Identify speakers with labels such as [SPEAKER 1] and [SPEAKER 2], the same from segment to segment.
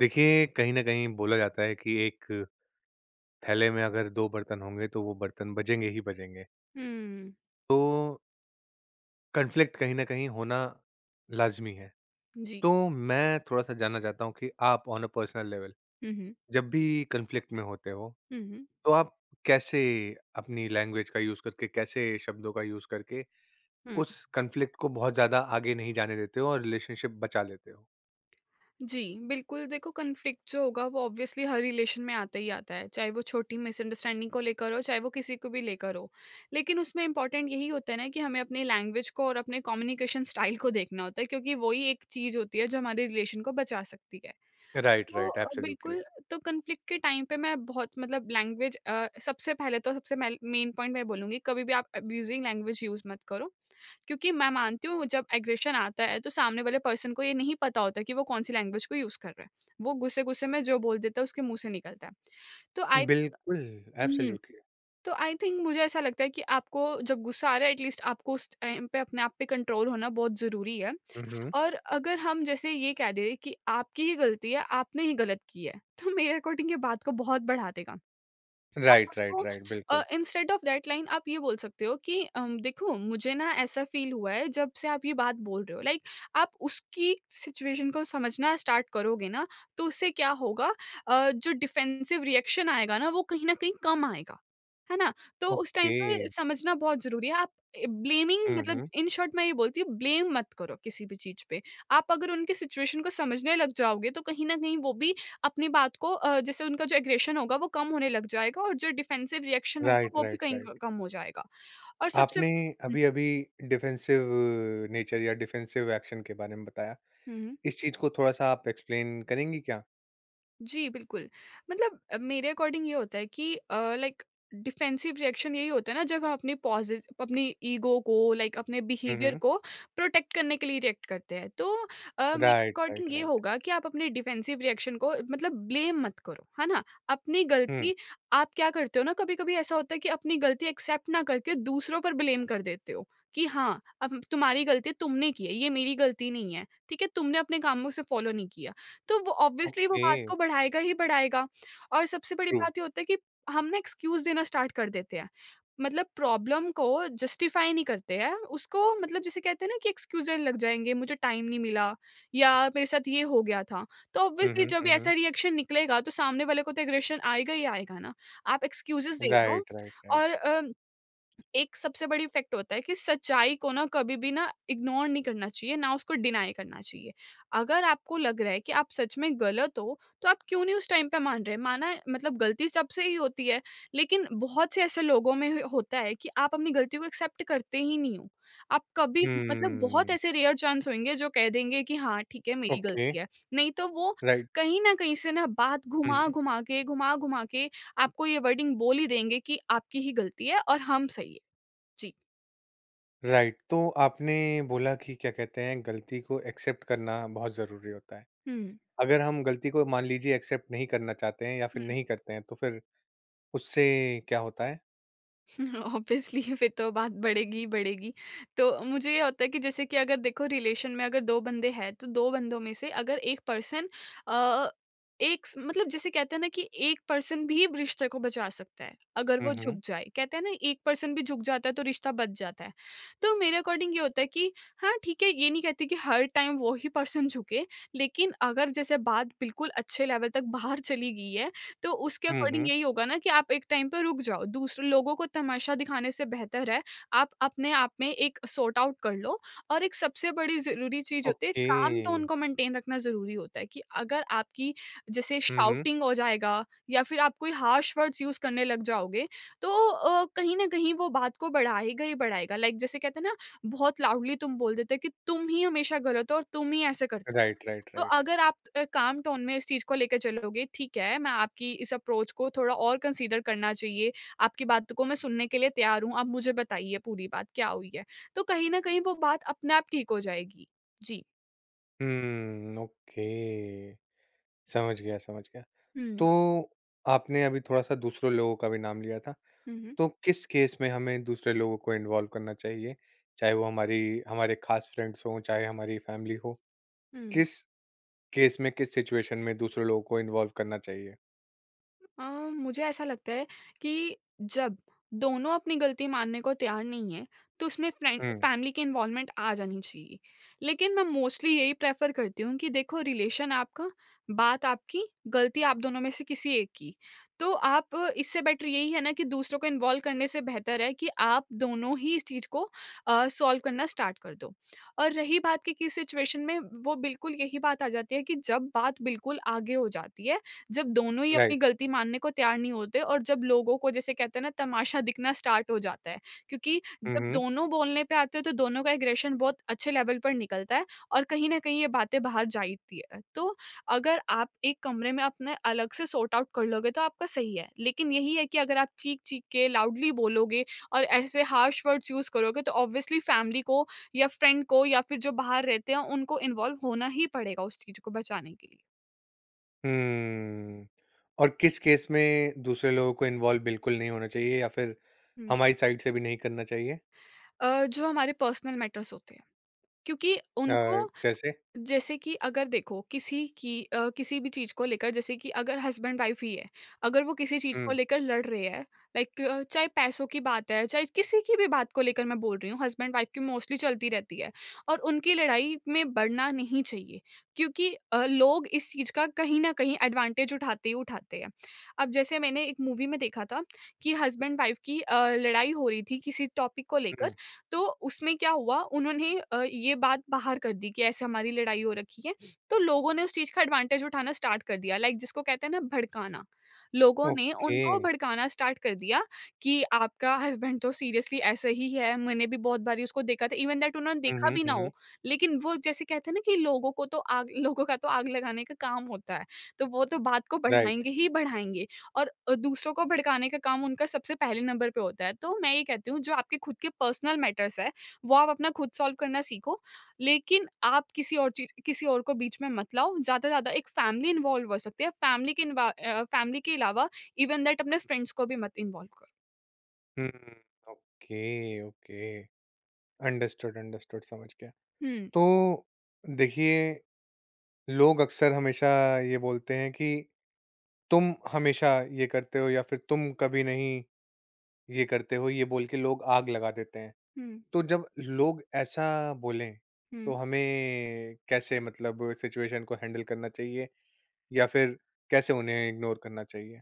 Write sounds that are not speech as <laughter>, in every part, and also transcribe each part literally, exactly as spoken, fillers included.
[SPEAKER 1] देखिए, कहीं न कहीं बोला जाता है कि एक थैले में अगर दो बर्तन होंगे तो वो बर्तन बजेंगे ही बजेंगे।
[SPEAKER 2] हुँ।
[SPEAKER 1] तो कॉन्फ्लिक्ट कहीं न कहीं होना लाज़मी है।
[SPEAKER 2] जी।
[SPEAKER 1] तो मैं थोड़ा-सा जानना चाहता हूँ कि आप on a personal level
[SPEAKER 2] hmm, hmm.
[SPEAKER 1] जब भी कॉन्फ्लिक्ट में होते हो,
[SPEAKER 2] हुँ, हुँ,
[SPEAKER 1] तो आप कैसे अपनी लैंग्वेज का यूज़ करके, कैसे शब्दों का यूज़ करके
[SPEAKER 2] हुँ।
[SPEAKER 1] उस कॉन्फ्लिक्ट को बहुत ज़्यादा आगे नहीं जाने देते हो और रिलेशनशिप बचा लेते हो?
[SPEAKER 2] जी, बिल्कुल देखो कॉन्फ्लिक्ट जो होगा वो ऑब्वियसली हर रिलेशन में आता ही आता है, चाहे वो छोटी मिसअंडरस्टैंडिंग को लेकर हो, चाहे वो किसी को भी लेकर हो। लेकिन उसमें इम्पोर्टेंट यही होता है ना कि हमें अपने लैंग्वेज को और अपने कम्युनिकेशन स्टाइल को देखना होता है क्योंकि वो ही एक चीज़ होती है जो हमारे रिलेशन को बचा सकती है।
[SPEAKER 1] राइट,
[SPEAKER 2] तो
[SPEAKER 1] राइट,
[SPEAKER 2] अ,
[SPEAKER 1] एब्सोल्युटली।
[SPEAKER 2] बिल्कुल। तो कॉन्फ्लिक्ट के टाइम पे मैं बहुत मतलब लैंग्वेज अ, सबसे पहले तो सबसे मेल मेन पॉइंट मैं बोलूँगी कभी भी आप अब्यूज़िंग लैंग्वेज यूज़ मत करो। क्योंकि मैं मानती हूँ जब एग्रेशन आता है तो सामने वाले पर्सन को ये नहीं पता होता कि वो कौन सी लैंग्वेज को यूज़ कर रहा है। वो गुस्से-गुस्से में जो बोल देता है उसके मुँह से निकलता है। तो आई
[SPEAKER 1] बिल्कुल,
[SPEAKER 2] हुँ,
[SPEAKER 1] एब्सोल्युटली।
[SPEAKER 2] तो आई थिंक मुझे ऐसा लगता है कि आपको जब गुस्सा आ रहा है एटलीस्ट आपको उस टाइम पे अपने आप पे कंट्रोल होना बहुत ज़रूरी है।
[SPEAKER 1] हुँ, हुँ।
[SPEAKER 2] और अगर हम जैसे ये कह दें कि आपकी ही गलती है, आपने ही गलत की है, तो मेरे अकॉर्डिंग ये बात को बहुत बढ़ा देगा। आप
[SPEAKER 1] राइट, राइट,
[SPEAKER 2] उसको
[SPEAKER 1] राइट, बिल्कुल।
[SPEAKER 2] इंस्टेड ऑफ दैट लाइन आप ये बोल सकते हो कि अम, देखो मुझे ना ऐसा फील हुआ है जब से आप ये बात बोल रहे हो लाइक, आप उसकी सिचुएशन को समझना स्टार्ट करोगे ना, तो उससे क्या होगा, अ, जो डिफेंसिव रिएक्शन आएगा ना वो कहीं ना कहीं कम आएगा, है ना? तो उस टाइम
[SPEAKER 1] ओके।
[SPEAKER 2] पे समझना बहुत जरूरी है आप। ब्लेमिंग
[SPEAKER 1] हुँ,
[SPEAKER 2] मतलब
[SPEAKER 1] हुँ।
[SPEAKER 2] इन शॉर्ट मैं ये बोलती हूँ, ब्लेम मत करो किसी भी चीज पे। आप अगर उनके सिचुएशन को समझने लग जाओगे तो कहीं ना कहीं वो भी अपनी बात को अ, जैसे उनका जो एग्रेशन होगा वो कम होने लग जाएगा और जो डिफेंसिव रिएक्शन होगा
[SPEAKER 1] राइट,
[SPEAKER 2] वो भी
[SPEAKER 1] राइट,
[SPEAKER 2] कहीं
[SPEAKER 1] राइट।
[SPEAKER 2] क कम हो जाएगा। और सबसे
[SPEAKER 1] आपने
[SPEAKER 2] हुँ,
[SPEAKER 1] अभी-अभी डिफेंसिव नेचर या डिफेंसिव एक्शन के बारे में बताया।
[SPEAKER 2] हुँ।
[SPEAKER 1] इस चीज़ को थोड़ा-सा आप एक्सप्लेन करेंगी क्या?
[SPEAKER 2] जी, बिल्कुल। मतलब अ, मेरे अकॉर्डिंग ये होता है कि अ, लाइक डिफेंसिव रिएक्शन यही होता है ना जब हम अपने पॉसेस अपनी ईगो को, लाइक अपने
[SPEAKER 1] हुँ,
[SPEAKER 2] बिहेवियर
[SPEAKER 1] हुँ।
[SPEAKER 2] को प्रोटेक्ट करने के लिए रिएक्ट करते हैं। तो अ, मेरे
[SPEAKER 1] राइट, राइट,
[SPEAKER 2] अकॉर्डिंग ये
[SPEAKER 1] राइट।
[SPEAKER 2] होगा कि आप अपने डिफेंसिव रिएक्शन को मतलब ब्लेम मत करो, है ना? अपनी
[SPEAKER 1] हुँ,
[SPEAKER 2] गलती आप क्या करते हो ना, कभी-कभी ऐसा होता है कि अपनी गलती एक्सेप्ट ना करके दूसरों पर ब्लेम कर देते हो कि हाँ, अब तुम्हारी गलती तुमने की है, ये मेरी गलती नहीं है। ठीक है? तुमने अपने कामों से फॉलो नहीं किया। तो वो ऑब्वियसली वो
[SPEAKER 1] ओके,
[SPEAKER 2] बात को बढ़ाएगा ही बढ़ाएगा। और सबसे बड़ी
[SPEAKER 1] ट्रू।
[SPEAKER 2] बात ये होता है कि हम ना एक्सक्यूज़ देना स्टार्ट कर देते हैं। मतलब प्रॉब्लम को जस्टिफ़ाई नहीं करते हैं, उसको मतलब जिसे कहते हैं ना कि एक्सक्यूज़ देने लग जाएँगे, मुझे टाइम नहीं मिला या मेरे साथ ये हो गया था। तो
[SPEAKER 1] हुँ,
[SPEAKER 2] ऑब्वियसली
[SPEAKER 1] हुँ,
[SPEAKER 2] जब भी
[SPEAKER 1] हुँ, हुँ।
[SPEAKER 2] ऐसा रिएक्शन निकलेगा तो सामने वाले को तो एग्रेशन आएगा ही आएगा ना। आप एक्सक्यूज़ेज़ दे दो।
[SPEAKER 1] Right, right, right.
[SPEAKER 2] और अ, एक सबसे बड़ी इफ़ेक्ट होता है कि सच्चाई को ना कभी भी ना इग्नोर नहीं करना चाहिए, ना उसको डिनाई करना चाहिए। अगर आपको लग रहा है कि आप सच में गलत हो, तो आप क्यों नहीं उस टाइम पे मान रहे? माना मतलब गलती सबसे ही होती है, लेकिन बहुत से ऐसे लोगों में ह होता है कि आप अपनी गलती को एक्सेप्ट करते ही नहीं हो। आप कभी मतलब
[SPEAKER 1] हुँ,
[SPEAKER 2] बहुत ऐसे रेयर चांस होंगे जो कह देंगे कि हाँ, ठीक है मेरी
[SPEAKER 1] ओके,
[SPEAKER 2] गलती है। नहीं तो वो
[SPEAKER 1] राइट।
[SPEAKER 2] कहीं न कहीं से ना बात
[SPEAKER 1] हुँ, हुँ।
[SPEAKER 2] घुमा-घुमा के, घुमा-घुमा के आपको ये वर्डिंग बोल ही देंगे कि आपकी ही गलती है और हम सही हैं। जी।
[SPEAKER 1] राइट, तो आपने बोला कि क्या कहते हैं, गलती को एक्सेप्ट करना बहुत ज़रूरी होता है।
[SPEAKER 2] हुँ,
[SPEAKER 1] अगर हम गलती को मान लीजिए एक्सेप्ट नहीं करना चाहते हैं या फिर
[SPEAKER 2] हुँ।
[SPEAKER 1] नहीं करते हैं, तो फिर उससे क्या होता है?
[SPEAKER 2] ऑब्वियसली <laughs> फिर तो बात बढ़ेगी ही बढ़ेगी। तो मुझे ये होता है कि जैसे कि अगर देखो रिलेशन में अगर दो बंदे हैं, तो दो बंदों में से अगर एक पर्सन अ, एक स मतलब जिसे कहते हैं ना कि एक पर्सन भी रिश्ते को बचा सकता है, अगर
[SPEAKER 1] हुँ,
[SPEAKER 2] वो
[SPEAKER 1] हुँ।
[SPEAKER 2] झुक जाए। कहते हैं ना एक पर्सन भी झुक जाता है तो रिश्ता बच जाता है। तो मेरे अकॉर्डिंग ये होता है कि हाँ, ठीक है, ये नहीं कहती कि हर टाइम वो ही पर्सन झुके, लेकिन अगर जैसे बात बिल्कुल अच्छे लेवल तक बाहर चली गई है, तो उसके
[SPEAKER 1] हुँ,
[SPEAKER 2] अकॉर्डिंग
[SPEAKER 1] हुँ।
[SPEAKER 2] यही होगा ना कि आप एक टाइम पे रुक जाओ, दूसरे लोगों को तमाशा दिखाने से बेहतर है, आप अपने आप में एक सॉर्ट आउट कर लो। और एक सबसे बड़ी ज़रूरी चीज़ होती है,
[SPEAKER 1] ओके।
[SPEAKER 2] काम टोन को मेंटेन रखना ज़रूरी होता है कि अगर आपकी जैसे
[SPEAKER 1] हुँ, हुँ।
[SPEAKER 2] शाउटिंग हो जाएगा या फिर आप कोई हार्श वर्ड्स यूज़ करने लग जाओगे, तो अ, कहीं न कहीं वो बात को बढ़ाएगा ही बढ़ाएगा। लाइक जैसे कहते हैं ना, बहुत लाउडली तुम बोल देते हो कि तुम ही हमेशा गलत हो और तुम ही ऐसे करते हो।
[SPEAKER 1] राइट, राइट,
[SPEAKER 2] तो
[SPEAKER 1] राइट।
[SPEAKER 2] अगर आप अ, काम टोन में इस चीज़ को लेकर चलोगे, ठीक है, मैं आपकी इस अप्रोच को थोड़ा और कंसीडर करना चाहिए, आपकी बातों को मैं सुनने के लिए तैयार हूँ, आप मुझे बताइए पूरी बात क्या हुई है। तो कहीं न कहीं वो बात अपने आप ठीक हो जाएगी। जी।
[SPEAKER 1] हुँ, ओके। समझ गया, समझ गया।
[SPEAKER 2] हुँ।
[SPEAKER 1] तो आपने अभी थोड़ा-सा दूसरे लोगों का भी नाम लिया था।
[SPEAKER 2] हुँ, हुँ।
[SPEAKER 1] तो किस केस में हमें दूसरे लोगों को इन्वॉल्व करना चाहिए? चाहे वो हमारी हमारे ख़ास फ्रेंड्स हों, चाहे हमारी फैमिली हो।
[SPEAKER 2] हुँ।
[SPEAKER 1] किस केस में, किस सिचुएशन में दूसरे लोगों को इन्वॉल्व करना चाहिए?
[SPEAKER 2] अ, मुझे ऐसा लगता है कि जब दोनों अपनी गलती मानने को तैयार नहीं है, तो उसमें फ्रेंड
[SPEAKER 1] हुँ।
[SPEAKER 2] फैमिली की इन्वॉल्वमेंट आ जानी चाहिए। लेकिन मैं मोस्टली यही प्रेफ़र करती हूँ कि देखो रिलेशन आपका, बात आपकी, गलती आप दोनों में से किसी एक की। तो आप अ, इससे बेटर यही है ना कि दूसरों को इन्वॉल्व करने से बेहतर है कि आप दोनों ही इस चीज़ को अ, सॉल्व करना स्टार्ट कर दो। और रही बात कि किस सिचुएशन में, वो बिल्कुल यही बात आ जाती है कि जब बात बिल्कुल आगे हो जाती है, जब दोनों ही अपनी
[SPEAKER 1] राइट।
[SPEAKER 2] गलती मानने को तैयार नहीं होते और जब लोगों को जैसे कहते हैं ना तमाशा दिखना स्टार्ट हो जाता है, क्योंकि
[SPEAKER 1] हुँ,
[SPEAKER 2] जब
[SPEAKER 1] हुँ।
[SPEAKER 2] दोनों बोलने पे आते हैं तो दोनों का एग्रेशन बहुत अच्छे लेवल पर निकलता है और कहीं न कहीं ये बातें बाहर जाती है। तो अगर आप एक कमरे में अपने अलग से सॉर्ट आउट कर लोगे तो आपका सही है, लेकिन यही है कि अगर आप चीख-चीख के लाउडली बोलोगे और ऐसे हार्श वर्ड्स यूज़ करोगे तो ऑब्वियसली फैमिली को या फ्रेंड को या फिर जो बाहर रहते हैं उनको इन्वॉल्व होना ही पड़ेगा उस चीज़ को बचाने के लिए।
[SPEAKER 1] हम्म, और किस केस में दूसरे लोगों को इन्वॉल्व बिल्कुल नहीं होना चाहिए या फिर
[SPEAKER 2] हुँ।
[SPEAKER 1] हमारी साइड से भी नहीं करना चाहिए?
[SPEAKER 2] अ, जो हमारे पर्सनल मैटर्स होते हैं क्योंकि
[SPEAKER 1] अ,
[SPEAKER 2] उनको
[SPEAKER 1] जैसे?
[SPEAKER 2] जैसे कि अगर देखो किसी की अ, किसी भी चीज़ को लेकर, जैसे कि अगर हस्बैंड वाइफ ही है, अगर वो किसी चीज़ को
[SPEAKER 1] हुँ,
[SPEAKER 2] लेकर लड़ रहे हैं, लाइक चाहे पैसों की बात है चाहे किसी की भी बात को लेकर, मैं बोल रही हूँ हस्बैंड वाइफ की मोस्टली चलती रहती है और उनकी लड़ाई में बढ़ना नहीं चाहिए क्योंकि अ, लोग इस चीज़ का कहीं ना कहीं एडवांटेज उठाते ही उठाते हैं। अब जैसे मैंने एक मूवी में देखा था कि हस्बैंड वाइफ की अ, लड़ाई हो रही थी किसी टॉपिक को लेकर,
[SPEAKER 1] हुँ,
[SPEAKER 2] तो उसमें क्या हुआ उन्होंने अ, ये बात बाहर कर दी कि ऐसे हमारी लड़ाई हो रखी है। तो लोगों ने उस चीज़ का एडवांटेज उठाना स्टार्ट कर दिया, लाइक जिसको कहते हैं ना भड़काना। लोगों ने
[SPEAKER 1] ओके।
[SPEAKER 2] उनको भड़काना स्टार्ट कर दिया कि आपका हस्बैंड तो सीरियसली ऐसे ही है, मैंने भी बहुत बारी उसको देखा था, इवन दैट उन्होंने
[SPEAKER 1] हुँ,
[SPEAKER 2] देखा
[SPEAKER 1] हुँ,
[SPEAKER 2] भी ना
[SPEAKER 1] हुँ, हुँ,
[SPEAKER 2] हो। लेकिन वो जैसे कहते हैं ना कि लोगों को तो आग लोगों का तो आग लगाने का काम होता है। तो वो तो बात को
[SPEAKER 1] राइट।
[SPEAKER 2] बढ़ाएँगे ही बढ़ाएँगे। और अ, दूसरों को भड़काने का काम उनका सबसे पहले नंबर पे होता है। तो मैं ये कहती हूँ जो आपके खुद के पर्सनल मैटर्स है, वो आप अपना खुद सॉल्व करना सीखो, लेकिन आप किसी और चीज़ किसी और को बीच में मत लाओ। ज़्यादा से ज़्यादा एक फैमिली इन्वॉल्व हो सकती है। फैमिली के इन्वा अ, फैमिली के अलावा इवन दैट अपने फ्रेंड्स को भी मत इन्वॉल्व करो।
[SPEAKER 1] हुँ, ओके, ओके। अंडरस्टूड, अंडरस्टूड समझ गया।
[SPEAKER 2] हुँ,
[SPEAKER 1] तो देखिए, लोग अक्सर हमेशा ये बोलते हैं कि तुम हमेशा ये करते हो या फिर तुम कभी नहीं ये करते हो, ये बोल के लोग आग लगा देते हैं।
[SPEAKER 2] हुँ,
[SPEAKER 1] तो जब लोग ऐसा बोलें, तो
[SPEAKER 2] हुँ।
[SPEAKER 1] हमें कैसे मतलब सिचुएशन को हैंडल करना चाहिए या फिर कैसे उन्हें इग्नोर करना चाहिए?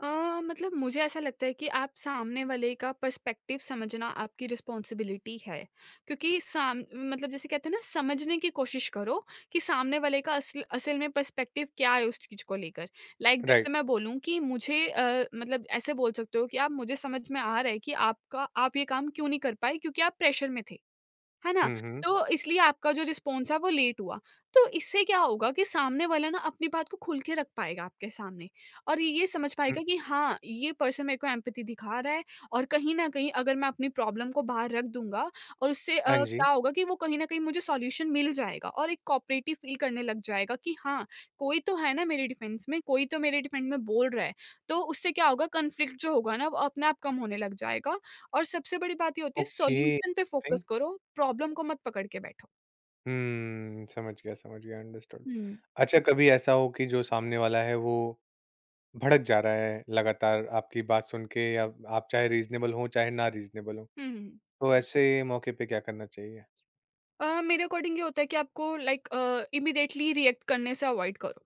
[SPEAKER 2] अ, मतलब मुझे ऐसा लगता है कि आप सामने वाले का पर्सपेक्टिव समझना आपकी रिस्पॉन्सिबिलिटी है क्योंकि साम मतलब जैसे कहते हैं ना समझने की कोशिश करो कि सामने वाले का असल असल में पर्सपेक्टिव क्या है उस चीज को लेकर, लाइक
[SPEAKER 1] राइट।
[SPEAKER 2] जैसे मैं बोलूँ कि मुझे अ, मतलब ऐसे बोल सकते हो कि आप, मुझे समझ में आ रहा है कि आपका आप ये काम क्यों नहीं कर पाए क्योंकि आप प्रेशर में थे, है ना?
[SPEAKER 1] हुँ, हुँ,
[SPEAKER 2] तो इसलिए आपका जो रिस्पॉन्स है वो लेट हुआ। तो इससे क्या होगा कि सामने वाला ना अपनी बात को खुल के रख पाएगा आपके सामने और ये ये समझ पाएगा कि
[SPEAKER 1] हुँ।
[SPEAKER 2] हाँ, ये पर्सन मेरे को एम्पैथी दिखा रहा है। और कहीं न कहीं अगर मैं अपनी प्रॉब्लम को बाहर रख दूँगा और उससे अ,
[SPEAKER 1] हाँ जी।
[SPEAKER 2] क्या होगा कि वो कहीं न कहीं मुझे सॉल्यूशन मिल जाएगा और एक कोऑपरेटिव फील करने लग जाएगा कि हाँ, कोई तो है ना मेरे डिफेंस में, कोई तो मेरे डिफेंड में बोल रहा है। तो उससे क्या होगा कॉन्फ्लिक्ट जो होगा ना वो अपने आप कम होने लग जाएगा। और सबसे बड़ी बात ये होती है
[SPEAKER 1] ओके,
[SPEAKER 2] सॉल्यूशन पे
[SPEAKER 1] इंटरेस्टिंग।
[SPEAKER 2] फोकस करो, प्रॉब्लम को मत पकड़ के बैठो।
[SPEAKER 1] हम्म, समझ गया, समझ गया, अंडरस्टूड।
[SPEAKER 2] हुँ।
[SPEAKER 1] अच्छा, कभी ऐसा हो कि जो सामने वाला है, वो भड़क जा रहा है लगातार आपकी बात सुन के या आप चाहे रीज़नेबल हों, चाहे ना रीज़नेबल हों,
[SPEAKER 2] हुँ, हुँ।
[SPEAKER 1] तो ऐसे मौके पे क्या करना चाहिए?
[SPEAKER 2] अ, मेरे अकॉर्डिंग ये होता है कि आपको लाइक अ, इमीडिएटली रिएक्ट करने से अवॉइड करो।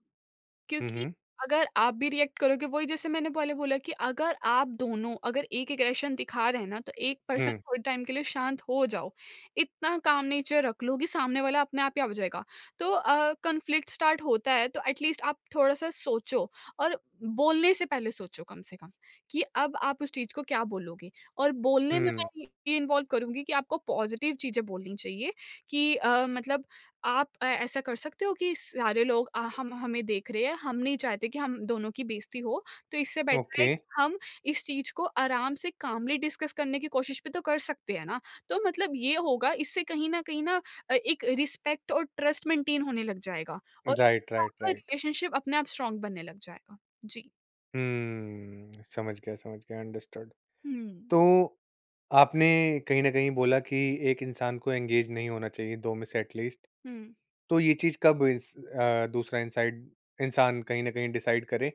[SPEAKER 1] हुँ,
[SPEAKER 2] क्योंकि
[SPEAKER 1] हुँ।
[SPEAKER 2] अगर आप भी रिएक्ट करोगे वही जैसे मैंने पहले बोला कि अगर आप दोनों अगर एक एग्रेशन दिखा रहे हैं ना तो एक पर्सन
[SPEAKER 1] हुँ,
[SPEAKER 2] थोड़े टाइम के लिए शांत हो जाओ। इतना काम नेचर रख लो कि सामने वाला अपने आप ही आ जाएगा। तो अ, कॉन्फ्लिक्ट स्टार्ट होता है तो एटलीस्ट आप थोड़ा-सा सोचो और बोलने से पहले सोचो कम से कम कि अब आप उस चीज़ को क्या बोलोगे? और बोलने में
[SPEAKER 1] हुँ।
[SPEAKER 2] मैं ये इन्वॉल्व करूँगी कि आपको पॉज़िटिव चीज़ें बोलनी चाहिए कि अ, मतलब आप अ, ऐसा कर सकते हो कि सारे लोग, अ, हम हमें देख रहे हैं, हम नहीं चाहते कि हम दोनों की बेइज़्ती हो, तो इससे बेटर है
[SPEAKER 1] ओके।
[SPEAKER 2] कि हम इस चीज़ को आराम से कामली डिस्कस करने की कोशिश भी तो कर सकते हैं ना। तो मतलब ये होगा इससे कहीं न कहीं ना अ, एक रिस्पेक्ट और ट्रस्ट मेंटेन होने लग जाएगा और
[SPEAKER 1] राइट,
[SPEAKER 2] उससे
[SPEAKER 1] राइट,
[SPEAKER 2] आपका
[SPEAKER 1] राइट।
[SPEAKER 2] रिलेशनशिप अपने आप स्ट्रॉन्ग बनने लग जाएगा। जी।
[SPEAKER 1] हम्म, समझ गया, समझ गया, अंडरस्टूड।
[SPEAKER 2] हुँ,
[SPEAKER 1] तो आपने कहीं न कहीं बोला कि एक इंसान को एंगेज नहीं होना चाहिए दो में से एटलीस्ट।
[SPEAKER 2] हुँ।
[SPEAKER 1] तो ये चीज़ कब इस अ, दूसरा इनसाइड इंसान कहीं न कहीं डिसाइड करे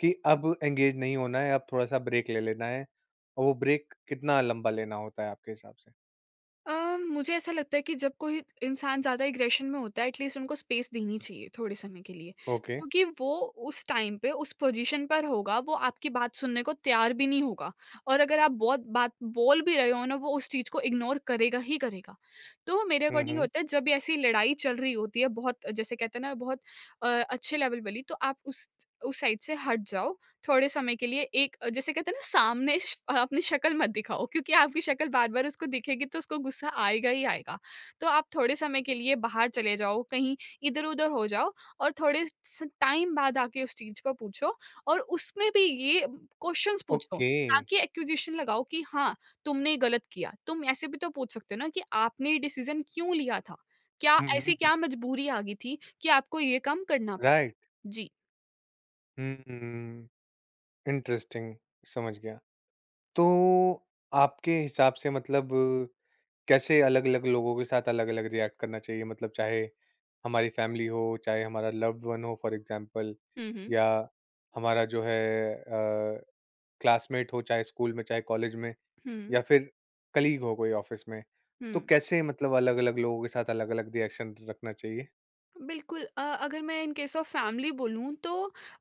[SPEAKER 1] कि अब एंगेज नहीं होना है, अब थोड़ा-सा ब्रेक ले लेना है और वो ब्रेक कितना लंबा लेना होता है आपके हिसाब से?
[SPEAKER 2] अ, मुझे ऐसा लगता है कि जब कोई इंसान ज़्यादा एग्रेशन में होता है एटलीस्ट उनको स्पेस देनी चाहिए थोड़े समय के लिए।
[SPEAKER 1] ओके।
[SPEAKER 2] क्योंकि वो उस टाइम पे उस पोज़ीशन पर होगा, वो आपकी बात सुनने को तैयार भी नहीं होगा और अगर आप बहुत बात बोल भी रहे हो ना वो उस चीज़ को इग्नोर करेगा ही करेगा। तो मेरे
[SPEAKER 1] हुँ,
[SPEAKER 2] अकॉर्डिंग
[SPEAKER 1] हुँ।
[SPEAKER 2] होता है जब ये ऐसी लड़ाई चल रही होती है बहुत जैसे कहते हैं ना बहुत अ, अच्छे लेवल वाली, तो आप उस उस साइड से हट जाओ थोड़े समय के लिए। एक अ, जैसे कहते हैं ना, सामने श अ, अपनी शक्ल मत दिखाओ, क्योंकि आपकी शक्ल बार-बार उसको दिखेगी तो उसको गुस्सा आएगा ही आएगा। तो आप थोड़े समय के लिए बाहर चले जाओ, कहीं इधर-उधर हो जाओ और थोड़े स टाइम बाद आके उस चीज़ को पूछो। और उसमें भी ये क्वेश्चन्स पूछो,
[SPEAKER 1] ओके।
[SPEAKER 2] ना कि एक्यूज़ेशन लगाओ कि हाँ, तुमने गलत किया। तुम ऐसे भी तो पूछ सकते हो ना कि आपने ये डिसीज़न क्यों लिया था? क्या
[SPEAKER 1] हुँ, हुँ,
[SPEAKER 2] ऐसी
[SPEAKER 1] हुँ।
[SPEAKER 2] क्या मजबूरी आ गई थी कि आपको ये काम करना पड़ा?
[SPEAKER 1] राइट।
[SPEAKER 2] जी।
[SPEAKER 1] हम्म, इंटरेस्टिंग, समझ गया। तो आपके हिसाब से मतलब कैसे अलग-अलग लोगों के साथ अलग-अलग रिएक्ट करना चाहिए? मतलब चाहे हमारी फैमिली हो, चाहे हमारा लव्ड वन हो फॉर एग्ज़ाम्पल
[SPEAKER 2] हुँ, हुँ।
[SPEAKER 1] या हमारा जो है अ, क्लासमेट हो चाहे स्कूल में, चाहे कॉलेज में
[SPEAKER 2] हुँ,
[SPEAKER 1] या फिर कलीग हो कोई ऑफ़िस में। तो
[SPEAKER 2] हुँ।
[SPEAKER 1] कैसे मतलब अलग-अलग लोगों के साथ अलग-अलग रिएक्शन रखना चाहिए?
[SPEAKER 2] बिल्कुल। अ, अगर मैं इन केस ऑफ फैमिली बोलूँ तो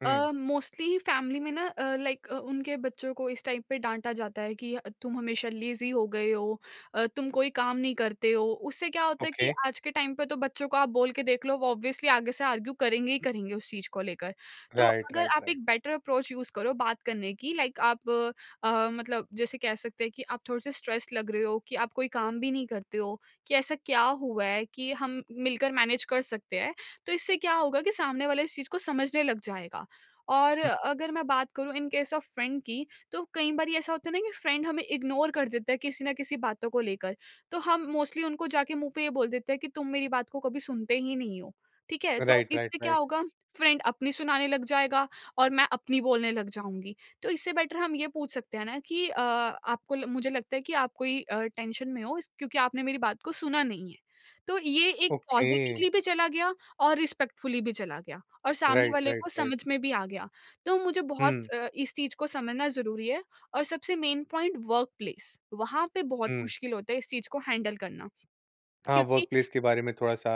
[SPEAKER 1] हुँ,
[SPEAKER 2] मोस्टली फैमिली में ना लाइक उनके बच्चों को इस टाइप पे डांटा जाता है कि तुम हमेशा लेजी हो गए हो, अ, तुम कोई काम नहीं करते हो। उससे क्या होता है
[SPEAKER 1] ओके।
[SPEAKER 2] कि आज के टाइम पे तो बच्चों को आप बोल के देख लो वो ऑब्वियसली आगे से आर्ग्यू करेंगे ही करेंगे उस चीज को लेकर। तो
[SPEAKER 1] राइट,
[SPEAKER 2] अगर
[SPEAKER 1] राइट,
[SPEAKER 2] आप एक
[SPEAKER 1] राइट।
[SPEAKER 2] बेटर अप्रोच यूज करो बात करने की, लाइक आप अ, अ, मतलब जैसे कह सकते हैं कि आप थोड़े से स्ट्रेस लग रहे हो कि आप कोई काम भी नहीं करते हो, कि ऐसा क्या हुआ है कि हम मिलकर मैनेज कर सकते हैं। तो इससे क्या होगा कि सामने वाला इस चीज़ को समझने लग जाएगा। और
[SPEAKER 1] हुँ,
[SPEAKER 2] अगर मैं बात करूँ इन केस ऑफ फ्रेंड की, तो कई बारी ऐसा होता है ना कि फ्रेंड हमें इग्नोर कर देता है किसी ना किसी बातों को लेकर। तो हम मोस्टली उनको जाके मुँह पे ये बोल देते हैं कि तुम मेरी बात को कभी सुनते ही नहीं हो। ठीक है? तो
[SPEAKER 1] राइट, राइट,
[SPEAKER 2] इससे क्या
[SPEAKER 1] राइट।
[SPEAKER 2] होगा, फ्रेंड अपनी सुनाने लग जाएगा और मैं अपनी बोलने लग जाऊँगी। तो इससे बेटर हम ये पूछ सकते हैं ना कि अ, आपको ल- मुझे लगता है कि आप कोई टेंशन में हो इस- क्योंकि आपने मेरी बात को सुना नहीं है। तो ये एक
[SPEAKER 1] ओके।
[SPEAKER 2] पॉजिटिवली भी चला गया और रिस्पेक्टफुली भी चला गया और सामने
[SPEAKER 1] राइट,
[SPEAKER 2] वाले
[SPEAKER 1] राइट,
[SPEAKER 2] को
[SPEAKER 1] राइट।
[SPEAKER 2] समझ में भी आ गया। तो मुझे बहुत
[SPEAKER 1] हुँ,
[SPEAKER 2] अ, इस चीज को समझना जरूरी है। और सबसे मेन पॉइंट वर्क प्लेस, वहां पे बहुत
[SPEAKER 1] हुँ।
[SPEAKER 2] मुश्किल होता है इस चीज को हैंडल करना,
[SPEAKER 1] हाँ,
[SPEAKER 2] क्योंकि
[SPEAKER 1] वर्क प्लेस के बारे में थोड़ा-सा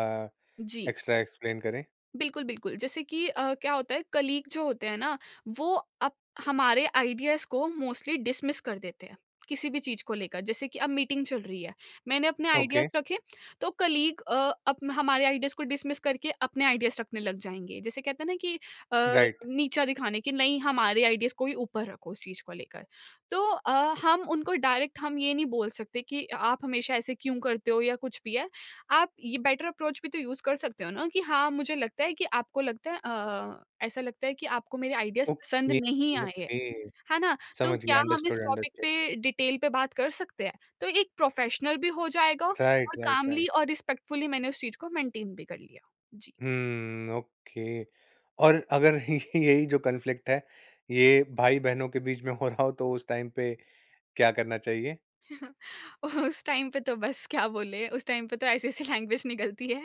[SPEAKER 2] जी।
[SPEAKER 1] एक्स्ट्रा एक्सप्लेन करें।
[SPEAKER 2] बिल्कुल, बिल्कुल। जैसे कि अ, क्या होता है कलीग जो होते हैं ना, वो अप हमारे आइडियाज़ को मोस्टली डिसमिस कर देते हैं, किसी भी चीज़ को लेकर। जैसे कि अब मीटिंग चल रही है, मैंने अपने आइडियाज़
[SPEAKER 1] ओके,
[SPEAKER 2] रखे, तो कलीग अ, अप हमारे आइडियाज़ को डिसमिस करके अपने आइडियाज़ रखने लग जाएँगे। जैसे कहते हैं ना कि अ,
[SPEAKER 1] राइट।
[SPEAKER 2] नीचा दिखाने, कि नहीं हमारे आइडियाज़ को ही ऊपर रखो उस चीज़ को लेकर। तो अ, हम उनको डायरेक्ट हम ये नहीं बोल सकते कि आप हमेशा ऐसे क्यों करते हो या कुछ भी है। आप ये बेटर अप्रोच भी तो यूज़ कर सकते हो ना कि हाँ, मुझे लगता है कि आपको लगता है अ, ऐसा लगता है कि आपको मेरे आइडियाज़ पसंद
[SPEAKER 1] ओके,
[SPEAKER 2] नहीं आए हैं,
[SPEAKER 1] ओके,
[SPEAKER 2] है ना? तो
[SPEAKER 1] समझ
[SPEAKER 2] क्या
[SPEAKER 1] गया,
[SPEAKER 2] हम इस
[SPEAKER 1] अंडरस्टूड,
[SPEAKER 2] टॉपिक
[SPEAKER 1] अंडरस्टूड।
[SPEAKER 2] पे डिटेल पे बात कर सकते हैं? तो एक प्रोफ़ेशनल भी हो जाएगा और
[SPEAKER 1] राइट, राइट,
[SPEAKER 2] कामली
[SPEAKER 1] राइट।
[SPEAKER 2] और रिस्पेक्टफुली मैंने उस चीज़ को मेंटेन भी कर लिया। जी।
[SPEAKER 1] हुँ, ओके और अगर <laughs> यही जो कॉन्फ्लिक्ट है, ये भाई-बहनों के बीच में हो रहा हो, तो उस टाइम पे क्या करना चाहिए?
[SPEAKER 2] उस टाइम पे तो बस क्या बोले, उस टाइम पे तो ऐसी-ऐसी लैंग्वेज निकलती है।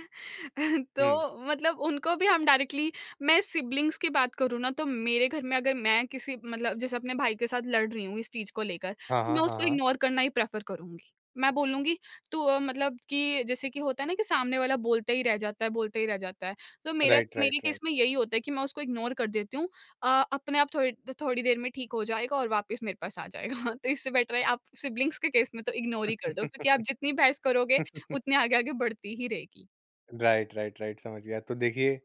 [SPEAKER 2] <laughs>
[SPEAKER 1] हुँ,
[SPEAKER 2] तो मतलब उनको भी हम डायरेक्टली, मैं सिबलिंग्स की बात करूँ ना, तो मेरे घर में अगर मैं किसी मतलब जैसे अपने भाई के साथ लड़ रही हूँ इस चीज़ को लेकर,
[SPEAKER 1] हाँ,
[SPEAKER 2] तो
[SPEAKER 1] हाँ,
[SPEAKER 2] मैं
[SPEAKER 1] हाँ,
[SPEAKER 2] उसको
[SPEAKER 1] हाँ।
[SPEAKER 2] इग्नोर करना ही प्रेफ़र करूँगी। मैं बोलूँगी तो अ, मतलब कि जैसे कि होता है ना कि सामने वाला बोलता ही रह जाता है, बोलता ही रह जाता है। तो मेरा
[SPEAKER 1] राइट,
[SPEAKER 2] मेरे
[SPEAKER 1] राइट,
[SPEAKER 2] केस
[SPEAKER 1] राइट।
[SPEAKER 2] में यही होता है कि मैं उसको इग्नोर कर देती हूँ। अ, अपने आप थोड़ी थोड़ी देर में ठीक हो जाएगा और वापस मेरे पास आ जाएगा। <laughs> तो इससे बेटर है आप सिबलिंग्स के केस में तो इग्नोर ही कर दो, क्योंकि आप
[SPEAKER 1] <laughs>
[SPEAKER 2] जितनी बहस करोगे उतनी आगे-आगे बढ़ती ही रहेगी।
[SPEAKER 1] राइट, राइट, राइट, <laughs> समझ गया। तो देखिए,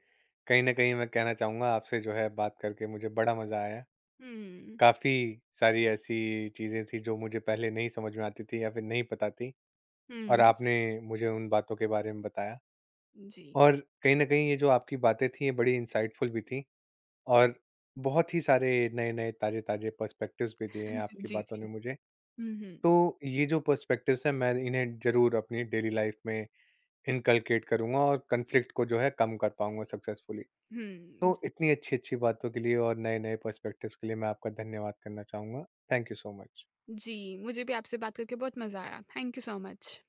[SPEAKER 1] कहीं न कहीं मैं कहना चाहूँगा आपसे जो है बात करके मुझे बड़ा मज़ा आया।
[SPEAKER 2] हुँ,
[SPEAKER 1] काफ़ी सारी ऐसी चीज़ें थी जो मुझे पहले नहीं समझ में आती थी या फिर नहीं पता थी। और
[SPEAKER 2] हुँ।
[SPEAKER 1] आपने मुझे उन बातों के बारे में बताया
[SPEAKER 2] जी।
[SPEAKER 1] और कहीं न कहीं ये जो आपकी बातें थी ये बड़ी इंसाइटफुल भी थी और बहुत ही सारे नए-नए, ताज़े-ताज़े पर्सपेक्टिव्स भी दिए हैं
[SPEAKER 2] <laughs>
[SPEAKER 1] आपकी
[SPEAKER 2] जी,
[SPEAKER 1] बातों ने
[SPEAKER 2] जी।
[SPEAKER 1] मुझे।
[SPEAKER 2] हुँ, हुँ।
[SPEAKER 1] तो ये जो पर्सपेक्टिव्स हैं मैं इन्हें ज़रूर अपनी डेली लाइफ़ में इनकल्केट करूँगा और कॉन्फ्लिक्ट को जो है कम कर पाऊँगा सक्सेसफुली।
[SPEAKER 2] हुँ,
[SPEAKER 1] तो
[SPEAKER 2] जी।
[SPEAKER 1] इतनी अच्छी-अच्छी बातों के लिए और नए-नए पर्सपेक्टिव्स के लिए मैं आपका धन्यवाद करना चाहूँगा। Thank you so much.
[SPEAKER 2] जी, मुझे भी आपसे बात करके बहुत मज़ा आया। Thank you so much.